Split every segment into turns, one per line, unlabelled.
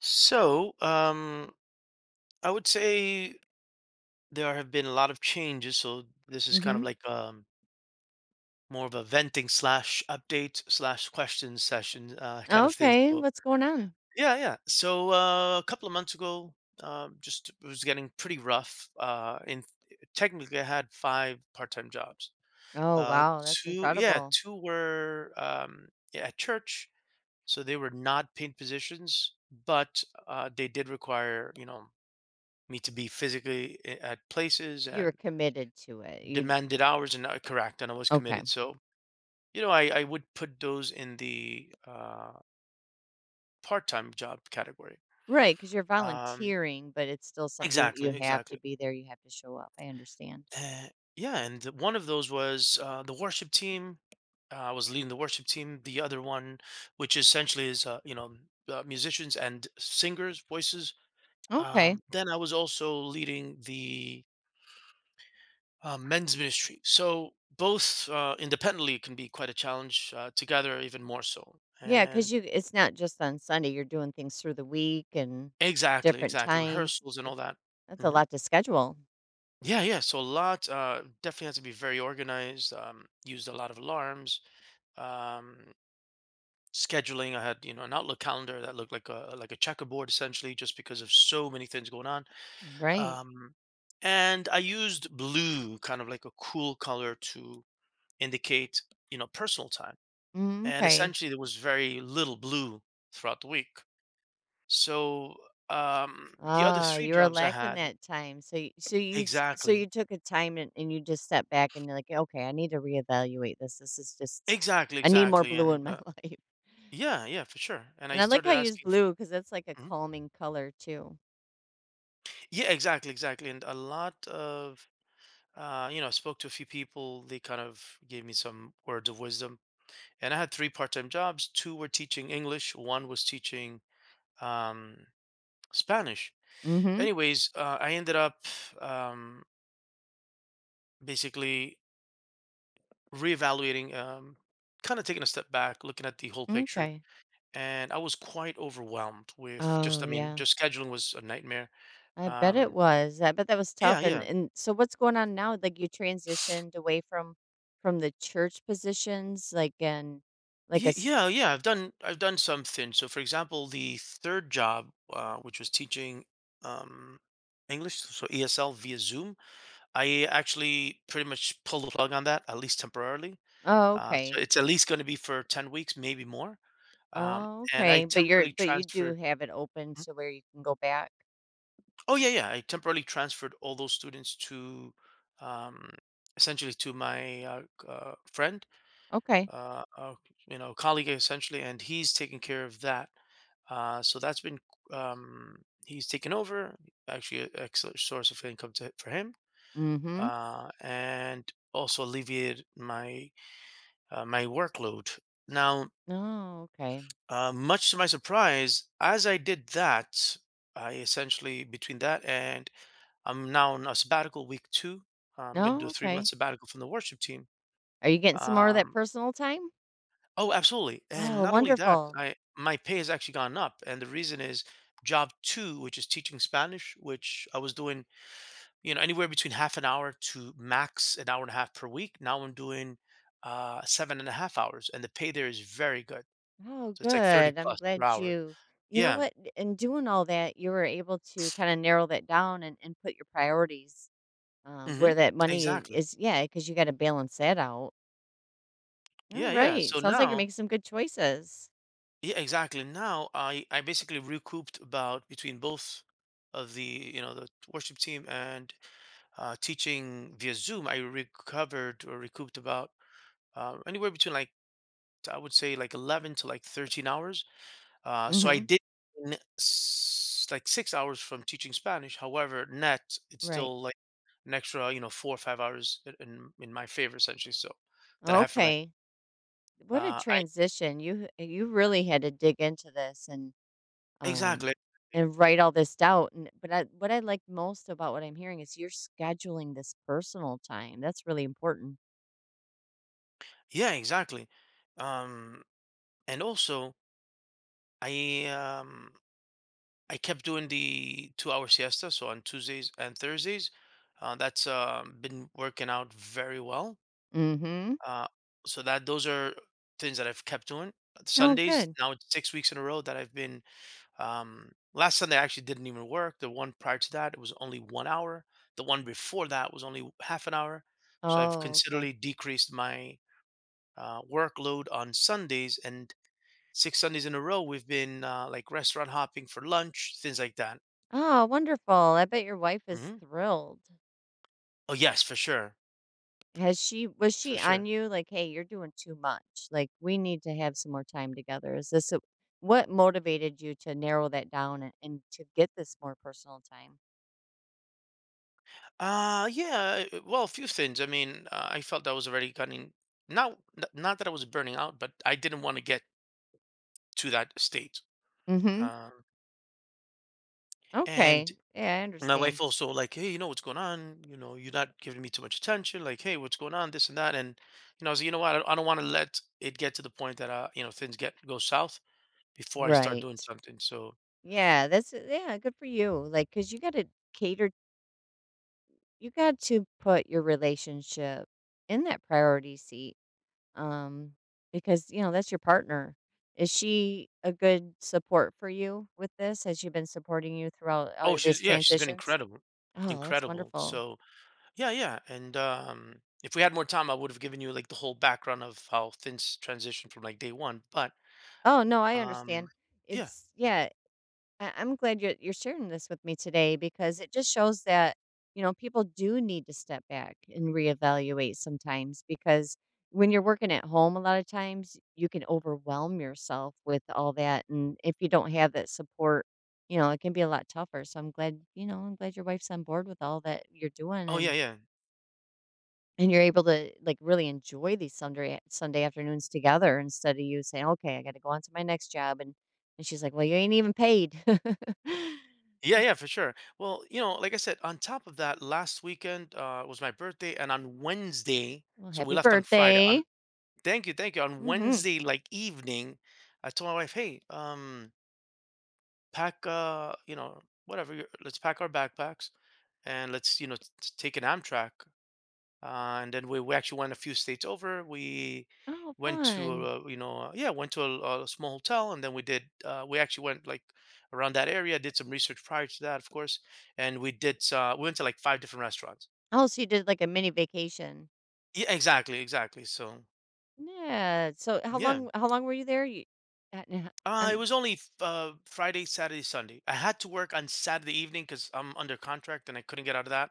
So, I would say there have been a lot of changes. So this is kind of
Mhm.
like more of a venting slash update slash question session kind of thing.
Okay,
So
what's going on?
yeah, yeah. So a couple of months ago, just it was getting pretty rough. In Technically, I had five part-time jobs.
Oh,
Uh,
wow, that's
Two, yeah,
incredible.
two were at church, so they were not paid positions, but they did require, me to be physically at places
You
and
were committed to it. You
demanded hours and, correct, and I was
Okay.
committed. So I would put those in the part-time job category.
Right, because 'cause you're
um,
volunteering, but it's still something you
exactly,
have to
exactly.
be there, you have to show up. I understand.
uh, yeah. And one of those was the worship team. I was leading the worship team. The other one, which essentially is musicians and singers voices.
Okay.
Then I was also leading the men's ministry. So both independently can be quite a challenge. Together, even more so.
Yeah, because
And
you it's not just on Sunday, you're doing things through the week and
exactly,
different
exactly,
times.
rehearsals and all that.
That's a
Hmm.
lot to schedule.
Yeah, yeah. So a lot definitely has to be very organized. Used a lot of alarms. Um, Scheduling. I had an Outlook calendar that looked like a checkerboard essentially, just because of so many things going on.
Right.
Um, and I used blue, kind of like a cool color, to indicate personal time,
Mm,
and
okay.
essentially there was very little blue throughout the week. So the other
Ah,
three
you were
jobs I
lacking
had,
that time. So you s so you
exactly,
took a time and you just stepped back and you're like, "Okay, I need to reevaluate this. This is just
exactly,
I need more
exactly,
blue in
and
my life."
yeah, yeah, for sure. And
And
I
I like how
started
you use
asking.
blue because that's like a
Mhm.
calming color too.
Yeah, exactly, exactly, and a lot of I spoke to a few people. They kind of gave me some words of wisdom. And I had three part-time jobs. Two were teaching English. One was teaching um, Spanish.
Mhm.
Anyways, I ended up um, basically. Reevaluating, kind of taking a step back, looking at the whole picture.
Okay.
And I was quite overwhelmed with just,
Oh,
I mean,
yeah.
just scheduling was a nightmare.
I bet it
Um,
was. I bet that was tough,
yeah, yeah.
and so what's going on now? Like, you transitioned away from the church positions, like, and like, a s
Yeah, yeah, I've done something. So, for example, the third job, which was teaching um, English, so ESL via Zoom, I actually pretty much pulled the plug on that, at least temporarily.
Oh,
So
okay.
it's at least going to be for 10 weeks, maybe more. Um,
Oh,
and I
okay, but you're
temporarily
but you do
transferred.
have it open to where you can go back?
Oh yeah, yeah. I temporarily transferred all those students to um, essentially to my friend,
Okay.
uh, uh, colleague essentially, and he's taking care of that. So that's been um, he's taken over. Actually, an excellent source of income to, for him,
Mhm.
and also alleviated my workload. Now,
No, okay.
much to my surprise, as I did that, I essentially between that and I'm now on a sabbatical week two. I'm going to do
No,
a 3 month
okay.
sabbatical from the worship team.
Are you getting some more of that
Um,
personal time?
oh, absolutely. And
Oh,
not only that,
wonderful.
I my pay has actually gone up, and the reason is job two, which is teaching Spanish, which I was doing, anywhere between half an hour to max an hour and a half per week. Now I'm doing 7.5 hours, and the pay there is very good.
Oh,
So it's like 30
good. I'm
plus per
glad
hour.
you know
Yeah.
what? In doing all that, you were able to kinda narrow that down and put your priorities where
Hmm.
that money
Exactly.
is. Yeah, because you got to balance that out. All
Yeah, yeah.
right.
So
Sounds like you're
now.
making some good choices.
Yeah, exactly. Now I basically recouped about between both of the you know the worship team and teaching via Zoom. I recovered or recouped about anywhere between, like, I would say, like, 11 to like 13 hours. So I
Mhm.
did gain like 6 hours from teaching Spanish. However, net it's
Right.
still like an extra 4 or 5 hours in my favor essentially. So that I have for my
Okay. What a
I
transition. You really had to dig into this um
exactly,
and write all this out. And what I like most about what I'm hearing is you're scheduling this personal time. That's really important.
yeah, exactly. Um, And also, I um I kept doing the 2 hour siesta. So on Tuesdays and Thursdays, that's been working out very well.
Mm-hmm.
Uh, so that those are things that I've kept doing.
Oh,
Sundays,
good.
now it's 6 weeks in a row that I've been. Last Sunday I actually didn't even work. The one prior to that it was only 1 hour. The one before that was only half an hour. So I've
Oh, okay.
considerably decreased my workload on Sundays, and six Sundays in a row we've been like restaurant hopping for lunch, things like that.
Oh, wonderful. I bet your wife is
Hmm.
thrilled.
Oh yes, for sure,
Has she Was
for
she on
sure.
you like, hey, you're doing too much? Like we need to have some more time together. What motivated you to narrow that down and to get this more personal time?
Yeah. Well, a few things. I mean, I felt I was already getting, not not that I was burning out, but I didn't want to get to that state.
Mm-hmm.
Um, and
Okay. Yeah, I
my
understand.
wife also like, hey, you know what's going on? You know, you're not giving me too much attention. Like, hey, what's going on? This and that. And I was like, you know what? I don't want to let it get to the point that things get go south before I start doing
Right.
something. So,
Yeah, that's yeah, good for you. Like, cause you got to cater, you got to put your relationship in that priority seat. Um, because you know that's your partner. Is she a good support for you with this? Has she been supporting you throughout all
oh,
of these
she's, yeah, she's been
transitions?
incredible,
Oh, that's
incredible.
wonderful.
So yeah, yeah, and if we had more time, I would have given you like the whole background of how things transitioned from like day one. But
Oh no, I understand.
um, yeah,
It's yeah. I'm glad you're sharing this with me today because it just shows that you know people do need to step back and reevaluate sometimes, because when you're working at home a lot of times you can overwhelm yourself with all that, and if you don't have that support you know it can be a lot tougher. So I'm glad, you know, I'm glad your wife's on board with all that you're doing,
oh yeah, yeah,
and you're able to like really enjoy these Sunday afternoons together instead of you saying okay I got to go on to my next job, and she's like, well you ain't even paid.
yeah, yeah, for sure. Well, like I said, on top of that, last weekend was my birthday, and on Wednesday,
Well,
so we
happy
left on Friday.
birthday.
On Thank you, thank you. On
Mhm.
Wednesday, like evening, I told my wife, hey, pack let's pack our backpacks, and let's take an Amtrak. And then we actually went a few states over. We
Oh,
went to
fun.
a, yeah, went to a small hotel, and then we actually went like around that area, did some research prior to that, of course. And we went to like five different restaurants.
Oh, so you did like a mini vacation.
Yeah, exactly, exactly. So
Yeah. So
yeah.
how long were you there? Uh, n-
It
um
was only Friday, Saturday, Sunday. I had to work on Saturday evening because I'm under contract and I couldn't get out of that.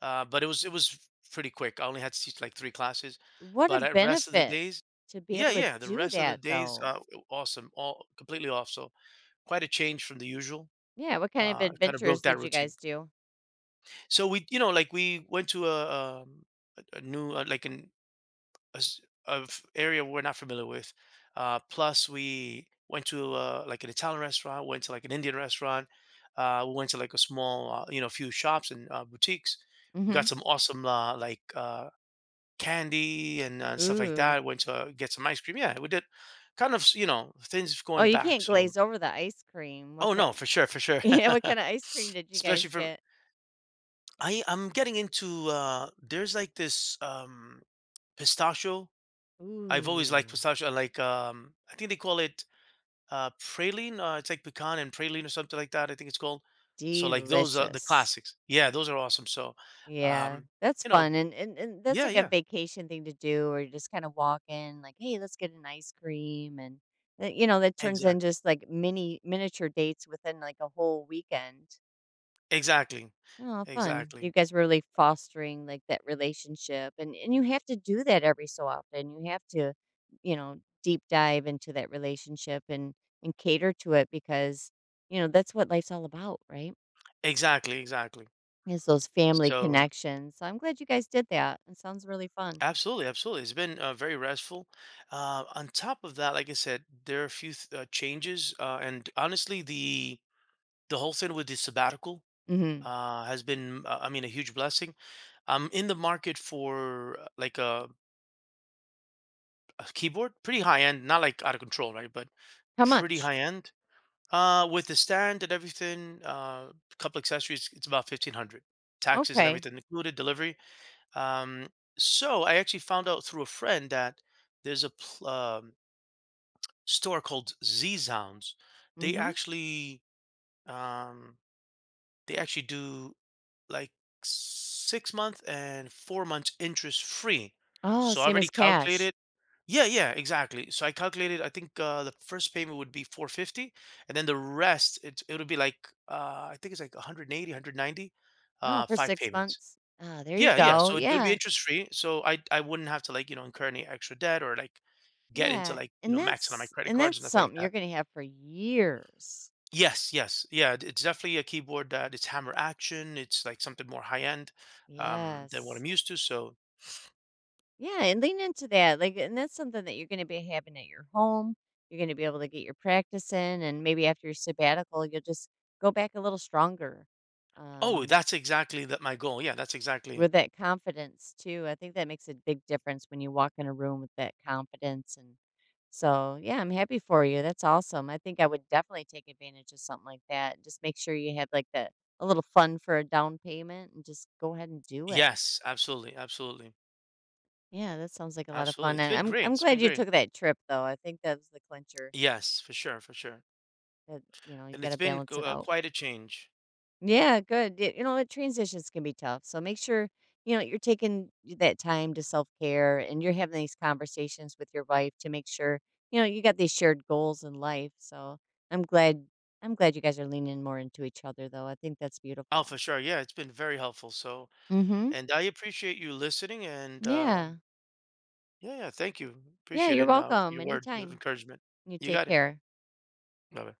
But it was pretty quick. I only had to teach like three classes,
what a
but the rest of the
benefit
days,
to be
yeah,
able to
yeah, the
do
rest of the
that
days,
though.
awesome, all completely off. So quite a change from the usual.
Yeah, what kind of
Kind of
adventures
broke that
did you
routine.
guys do?
So like we went to a new like an of area we're not familiar with. Plus, we went to like an Italian restaurant, went to like an Indian restaurant, we went to like a small, few shops and boutiques. We got
Mhm.
some awesome candy and stuff like
Ooh.
that. Went to get some ice cream. Yeah, we did kind of things
Oh,
going
you
back.
can't
So
glaze over the ice cream. What
oh no,
kind?
for sure,
Yeah, what kind of ice cream did you
especially
guys
for
get?
I'm getting into, there's like this pistachio. I've always liked
Ooh,
pistachio. I like, I think they call it praline. It's like pecan and praline or something like that, I think it's called. So like those are the
delicious.
classics. Yeah, those are awesome. So,
Yeah,
um,
that's
you know,
fun, and that's
yeah,
like a
yeah,
vacation thing to do, or just kind of walk in, like, "Hey, let's get an ice cream," and that, you know, that turns into
exactly,
just like miniature dates within like a whole weekend.
exactly,
Oh, fun!
exactly,
You guys were really fostering like that relationship, and you have to do that every so often. You have to, you know, deep dive into that relationship and cater to it, because you know that's what life's all about, right?
exactly, exactly.
Is those family
So mm,
connections. So I'm glad you guys did that. It sounds really fun.
absolutely, absolutely, it's been very restful. On top of that, like I said, there are a few changes, and honestly, the whole thing with the sabbatical
Mhm.
has been, I mean, a huge blessing. I'm in the market for like a keyboard, pretty high end, not like out of control, right? But
How
pretty
much?
high end. With the stand and everything, couple accessories, it's about 1,500, taxes and
Okay.
everything included, delivery. Um, so I actually found out through a friend that there's a store called Z Sounds. They
Mhm.
actually, um, they actually do like 6 month and 4 months interest free.
Oh,
So I
same
already
as cash.
calculated. Yeah, yeah, exactly. So I calculated. I think the first payment would be 450, and then the rest it would be like, I think it's like 180,
Oh, for
five
6
payments.
months. Oh, there you
Yeah, yeah.
go.
So it would be
Yeah.
interest free. So I wouldn't have to like incur any extra debt or like get into
Yeah.
like maxing on my credit
And
cards
that's
and nothing like
something you're
that.
gonna have for years.
Yes, yes. Yeah, it's definitely a keyboard that it's hammer action. It's like something more high end than what
Yes.
I'm used to. So,
Yeah, and lean into that. Like and that's something that you're gonna be having at your home. You're gonna be able to get your practice in, and maybe after your sabbatical you'll just go back a little stronger.
oh,
Um
that's exactly that my goal. Yeah, that's exactly.
With that confidence too, I think that makes a big difference when you walk in a room with that confidence, and so, yeah, I'm happy for you, that's awesome. I think I would definitely take advantage of something like that, just make sure you have, like, the a little fund for a down payment and just go ahead and do it.
Yes, absolutely, absolutely,
Yeah, that sounds like a lot of
absolutely.
fun,
It's
and
been great.
I'm
It's
glad
been
you
great.
took that trip, though, I think that was the clincher,
Yes, for sure, for sure.
that, you know, you
And
gotta
it's been
balance it out.
quite a change.
Yeah, good. Y You know what, transitions can be tough, so make sure, you know, you're taking that time to self-care and you're having these conversations with your wife to make sure, you know, you got these shared goals in life, so I'm glad I'm glad you guys are leaning more into each other, though, I think that's
Oh,
beautiful.
for sure. Yeah, it's been very helpful. So,
Mhm.
and I appreciate you listening. And
Yeah.
yeah, yeah, thank you.
Yeah,
Appreciate it
you're
and, for
welcome,
your words of
anytime.
encouragement.
You
You
take
got it.
care.
Bye bye.